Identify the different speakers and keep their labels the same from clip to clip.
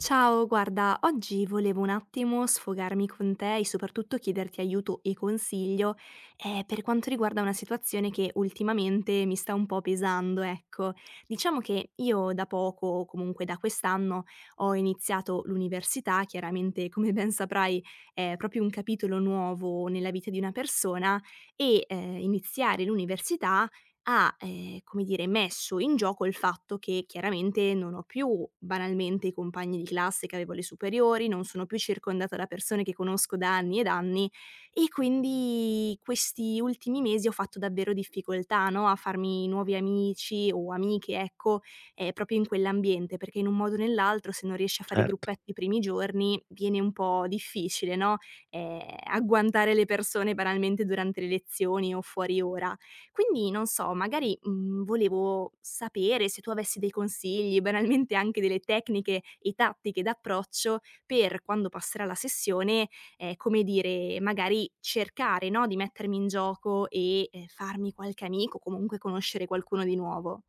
Speaker 1: Ciao, guarda, oggi volevo un attimo sfogarmi con te e soprattutto chiederti aiuto e consiglio, per quanto riguarda una situazione che ultimamente mi sta un po' pesando, ecco. Diciamo che io da poco, o comunque da quest'anno, ho iniziato l'università, chiaramente come ben saprai è proprio un capitolo nuovo nella vita di una persona e, iniziare l'università ha, come dire, messo in gioco il fatto che chiaramente non ho più banalmente i compagni di classe che avevo alle superiori, non sono più circondata da persone che conosco da anni ed anni e quindi questi ultimi mesi ho fatto davvero difficoltà, no, a farmi nuovi amici o amiche, ecco, proprio in quell'ambiente, perché in un modo o nell'altro se non riesci a fare
Speaker 2: Certo,
Speaker 1: gruppetti i primi giorni viene un po' difficile, no, agguantare le persone banalmente durante le lezioni o fuori ora. Quindi non so, magari, volevo sapere se tu avessi dei consigli, banalmente anche delle tecniche e tattiche d'approccio per quando passerà la sessione, come dire, magari cercare, no, di mettermi in gioco e, farmi qualche amico, comunque conoscere qualcuno di nuovo.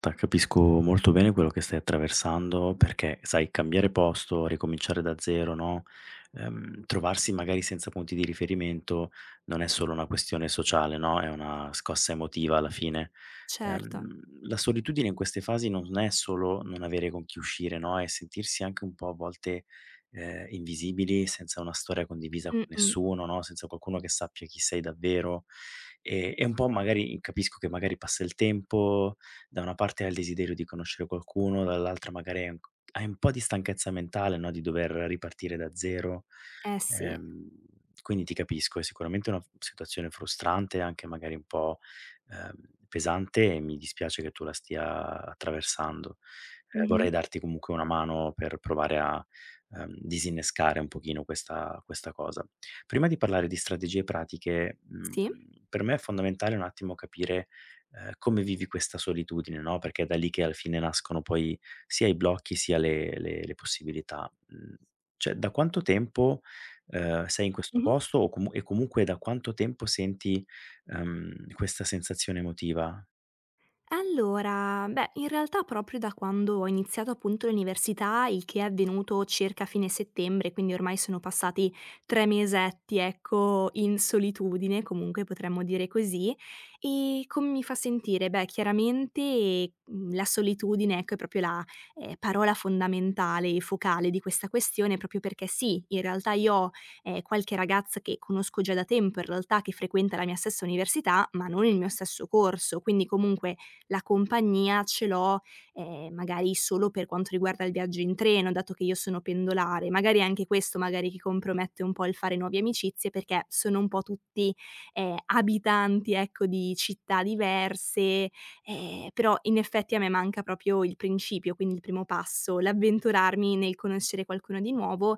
Speaker 2: ta capisco molto bene quello che stai attraversando perché, sai, cambiare posto, ricominciare da zero, no, trovarsi magari senza punti di riferimento non è solo una questione sociale, no, è una scossa emotiva alla fine.
Speaker 1: Certo.
Speaker 2: La solitudine in queste fasi non è solo non avere con chi uscire, no, è sentirsi anche un po' a volte, invisibili, senza una storia condivisa con
Speaker 1: Mh-mh.
Speaker 2: nessuno, no, senza qualcuno che sappia chi sei davvero. E un po' magari capisco che magari passa il tempo, da una parte hai il desiderio di conoscere qualcuno, dall'altra magari hai un c hai un po' di stanchezza mentale, no, di dover ripartire da 0.
Speaker 1: Eh sì.
Speaker 2: Ehm, quindi ti capisco, è sicuramente una f situazione frustrante, anche magari un po', ehm, pesante, e mi dispiace che tu la stia attraversando.
Speaker 1: Mh-mh.
Speaker 2: Vorrei darti comunque una mano per provare a, disinnescare un pochino questa cosa. Prima di parlare di strategie pratiche,
Speaker 1: Sì.
Speaker 2: per me è fondamentale un attimo capire come vivi questa solitudine, no, perché è da lì che alla fine nascono poi sia i blocchi sia le possibilità. Mhmm, cioè da quanto tempo, sei in questo
Speaker 1: Mh-mh.
Speaker 2: posto, o comunque da quanto tempo senti, questa sensazione emotiva?
Speaker 1: Allora, beh, in realtà proprio da quando ho iniziato appunto l'università, il che è avvenuto circa a fine settembre, quindi ormai sono passati 3 mesetti, ecco, in solitudine, comunque potremmo dire così. E come mi fa sentire? Beh, chiaramente, la solitudine, ecco, è proprio la, parola fondamentale e focale di questa questione, proprio perché sì, in realtà io ho, qualche ragazza che conosco già da tempo, in realtà, che frequenta la mia stessa università, ma non il mio stesso corso, quindi comunque la compagnia ce l'ho, magari solo per quanto riguarda il viaggio in treno, dato che io sono pendolare. Magari è anche questo magari che compromette un po' il fare nuove amicizie, perché sono un po' tutti, abitanti, ecco, di città diverse, però in effetti a me manca proprio il principio, quindi il primo passo, l'avventurarmi nel conoscere qualcuno di nuovo.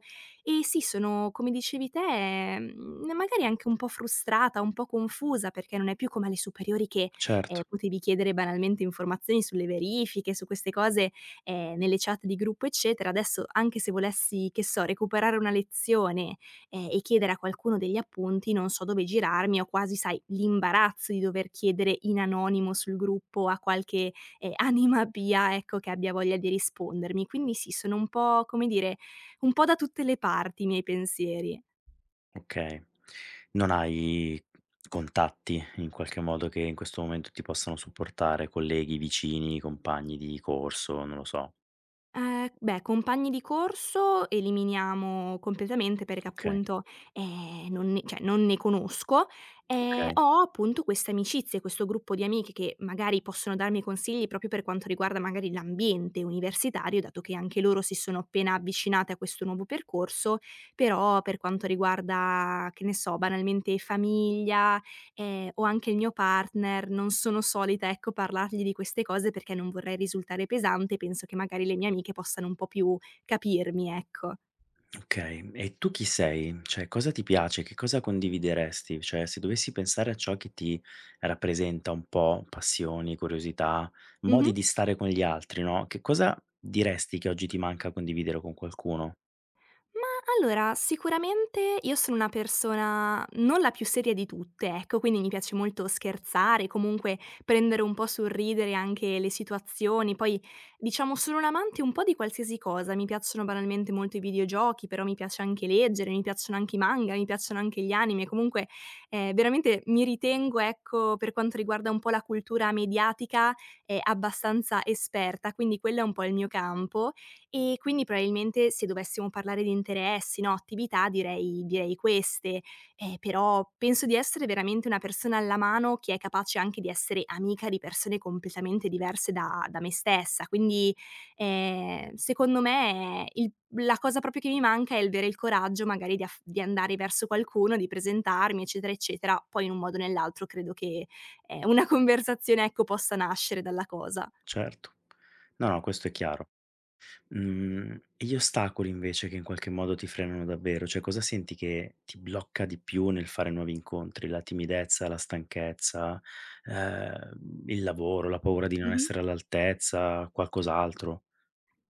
Speaker 1: E sì, sono come dicevi te, magari anche un po' frustrata, un po' confusa, perché non è più come alle superiori che
Speaker 2: Certo,
Speaker 1: potevi chiedere banalmente informazioni sulle verifiche, su queste cose, nelle chat di gruppo eccetera. Adesso anche se volessi, che so, recuperare una lezione, e chiedere a qualcuno degli appunti, non so dove girarmi, ho quasi, sai, l'imbarazzo di dover chiedere in anonimo sul gruppo a qualche, anima pia, ecco, che abbia voglia di rispondermi. Quindi sì, sono un po', come dire, un po' da tutte le parti i miei pensieri.
Speaker 2: okay. Non hai contatti in qualche modo che in questo momento ti possano supportare, colleghi, vicini, compagni di corso, non lo so.
Speaker 1: Beh, compagni di corso eliminiamo completamente perché
Speaker 2: Okay,
Speaker 1: appunto, non ne cioè non ne conosco.
Speaker 2: okay.
Speaker 1: Ho appunto queste amicizie, questo gruppo di amiche che magari possono darmi consigli proprio per quanto riguarda magari l'ambiente universitario, dato che anche loro si sono appena avvicinate a questo nuovo percorso, però per quanto riguarda, che ne so, banalmente famiglia, o anche il mio partner, non sono solita, ecco, parlargli di queste cose perché non vorrei risultare pesante, penso che magari le mie amiche possano un po' più capirmi, ecco.
Speaker 2: Okay, e tu chi sei? Cioè, cosa ti piace? Che cosa condivideresti? Cioè, se dovessi pensare a ciò che ti rappresenta un po', passioni, curiosità,
Speaker 1: Mh-mh.
Speaker 2: modi di stare con gli altri, no, che cosa diresti che oggi ti manca condividere con qualcuno?
Speaker 1: Ma allora, sicuramente io sono una persona non la più seria di tutte, ecco, quindi mi piace molto scherzare, comunque prendere un po' sul ridere anche le situazioni. Poi, diciamo, sono un amante un po' di qualsiasi cosa. Mi piacciono banalmente molto i videogiochi, però mi piace anche leggere, mi piacciono anche i manga, mi piacciono anche gli anime. Comunque, veramente mi ritengo, ecco, per quanto riguarda un po' la cultura mediatica, abbastanza esperta, quindi quello è un po' il mio campo e quindi probabilmente se dovessimo parlare di interessi, no, attività direi queste, però penso di essere veramente una persona alla mano che è capace anche di essere amica di persone completamente diverse da me stessa. Quindi, secondo me il la cosa proprio che mi manca è il avere il coraggio magari di aff di andare verso qualcuno, di presentarmi, eccetera, eccetera. Poi in un modo o nell'altro credo che, una conversazione, ecco, possa nascere dalla cosa.
Speaker 2: Certo. No, no, questo è chiaro. E gli ostacoli invece che in qualche modo ti frenano davvero? Cioè cosa senti che ti blocca di più nel fare nuovi incontri? La timidezza, la stanchezza, il lavoro, la paura di non
Speaker 1: Mh-mh.
Speaker 2: essere all'altezza, qualcos'altro?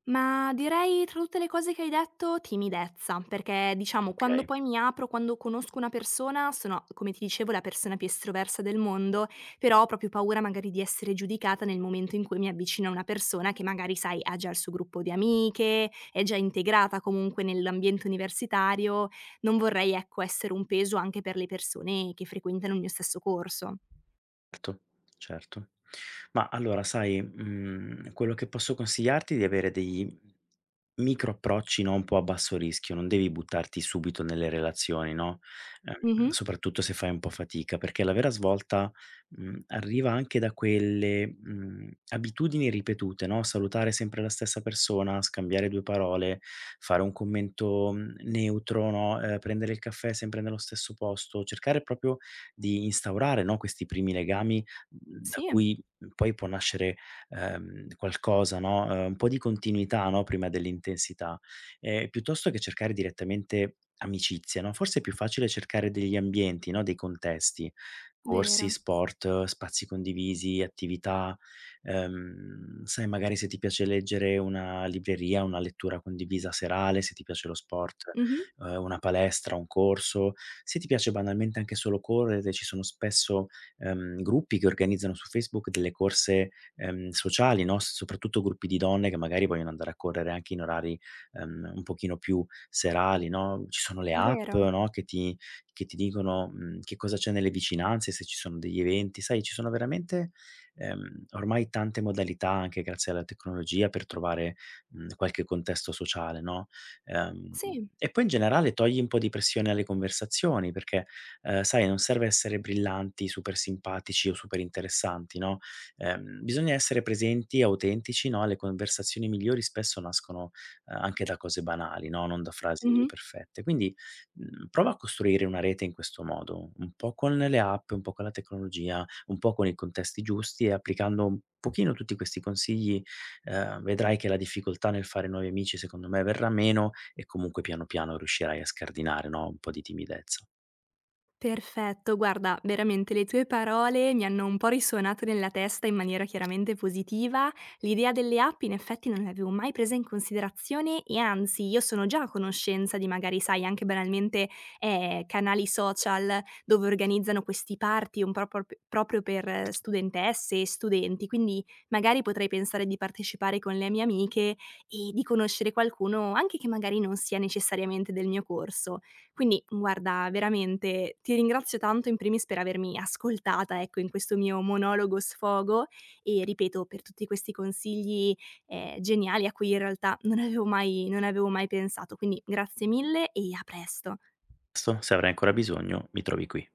Speaker 1: Ma direi tra tutte le cose che hai detto timidezza, perché diciamo quando
Speaker 2: Okay.
Speaker 1: poi mi apro, quando conosco una persona, sono come ti dicevo la persona più estroversa del mondo, però ho proprio paura magari di essere giudicata nel momento in cui mi avvicino a una persona che magari sai ha già il suo gruppo di amiche, è già integrata comunque nell'ambiente universitario, non vorrei ecco essere un peso anche per le persone che frequentano il mio stesso corso.
Speaker 2: Certo, certo. Ma allora sai, quello che posso consigliarti è di avere dei micro approcci, no, un po' a basso rischio, non devi buttarti subito nelle relazioni, no,
Speaker 1: Mh-mh.
Speaker 2: soprattutto se fai un po' fatica, perché la vera svolta, arriva anche da quelle, abitudini ripetute, no, salutare sempre la stessa persona, scambiare 2 parole, fare un commento, neutro, no, prendere il caffè sempre nello stesso posto, cercare proprio di instaurare, no, questi primi legami, da
Speaker 1: Sì,
Speaker 2: cui poi può nascere, qualcosa, no, un po' di continuità, no, prima dell'intensità, piuttosto che cercare direttamente amicizie, no, forse è più facile cercare degli ambienti, no, dei contesti, corsi,
Speaker 1: vero.
Speaker 2: sport, spazi condivisi, attività, sai, magari se ti piace leggere, una libreria, una lettura condivisa serale, se ti piace lo sport,
Speaker 1: Mh-mh.
Speaker 2: una palestra, un corso, se ti piace banalmente anche solo correre, ci sono spesso, gruppi che organizzano su Facebook delle corse, sociali, no, s soprattutto gruppi di donne che magari vogliono andare a correre anche in orari, un pochino più serali, no, ci sono le app,
Speaker 1: Vero.
Speaker 2: no, che ti dicono, che cosa c'è nelle vicinanze, se ci sono degli eventi. Sai, ci sono veramente, ormai tante modalità anche grazie alla tecnologia per trovare, qualche contesto sociale, no? Ehm,
Speaker 1: Sì.
Speaker 2: e poi in generale togli un po' di pressione alle conversazioni, perché, sai, non serve essere brillanti, super simpatici o super interessanti, no, bisogna essere presenti e autentici, no, le conversazioni migliori spesso nascono, anche da cose banali, no, non da frasi
Speaker 1: Mh-mh.
Speaker 2: perfette. Quindi, prova a costruire una rete in questo modo, un po' con le app, un po' con la tecnologia, un po' con i contesti giusti, e applicando un pochino tutti questi consigli, vedrai che la difficoltà nel fare nuovi amici secondo me verrà meno, e comunque piano piano riuscirai a scardinare, no, un po' di timidezza.
Speaker 1: Perfetto, guarda, veramente le tue parole mi hanno un po' risuonato nella testa in maniera chiaramente positiva. L'idea delle app in effetti non l'avevo mai presa in considerazione e anzi io sono già a conoscenza di magari, sai, anche banalmente canali social dove organizzano questi party un po' proprio per studentesse e studenti, quindi magari potrei pensare di partecipare con le mie amiche e di conoscere qualcuno anche che magari non sia necessariamente del mio corso. Quindi guarda, veramente ti ringrazio tanto in primis per avermi ascoltata, ecco, in questo mio monologo sfogo e ripeto, per tutti questi consigli, geniali a cui in realtà non avevo mai pensato. Quindi grazie mille e a presto.
Speaker 2: Se avrai ancora bisogno, mi trovi qui.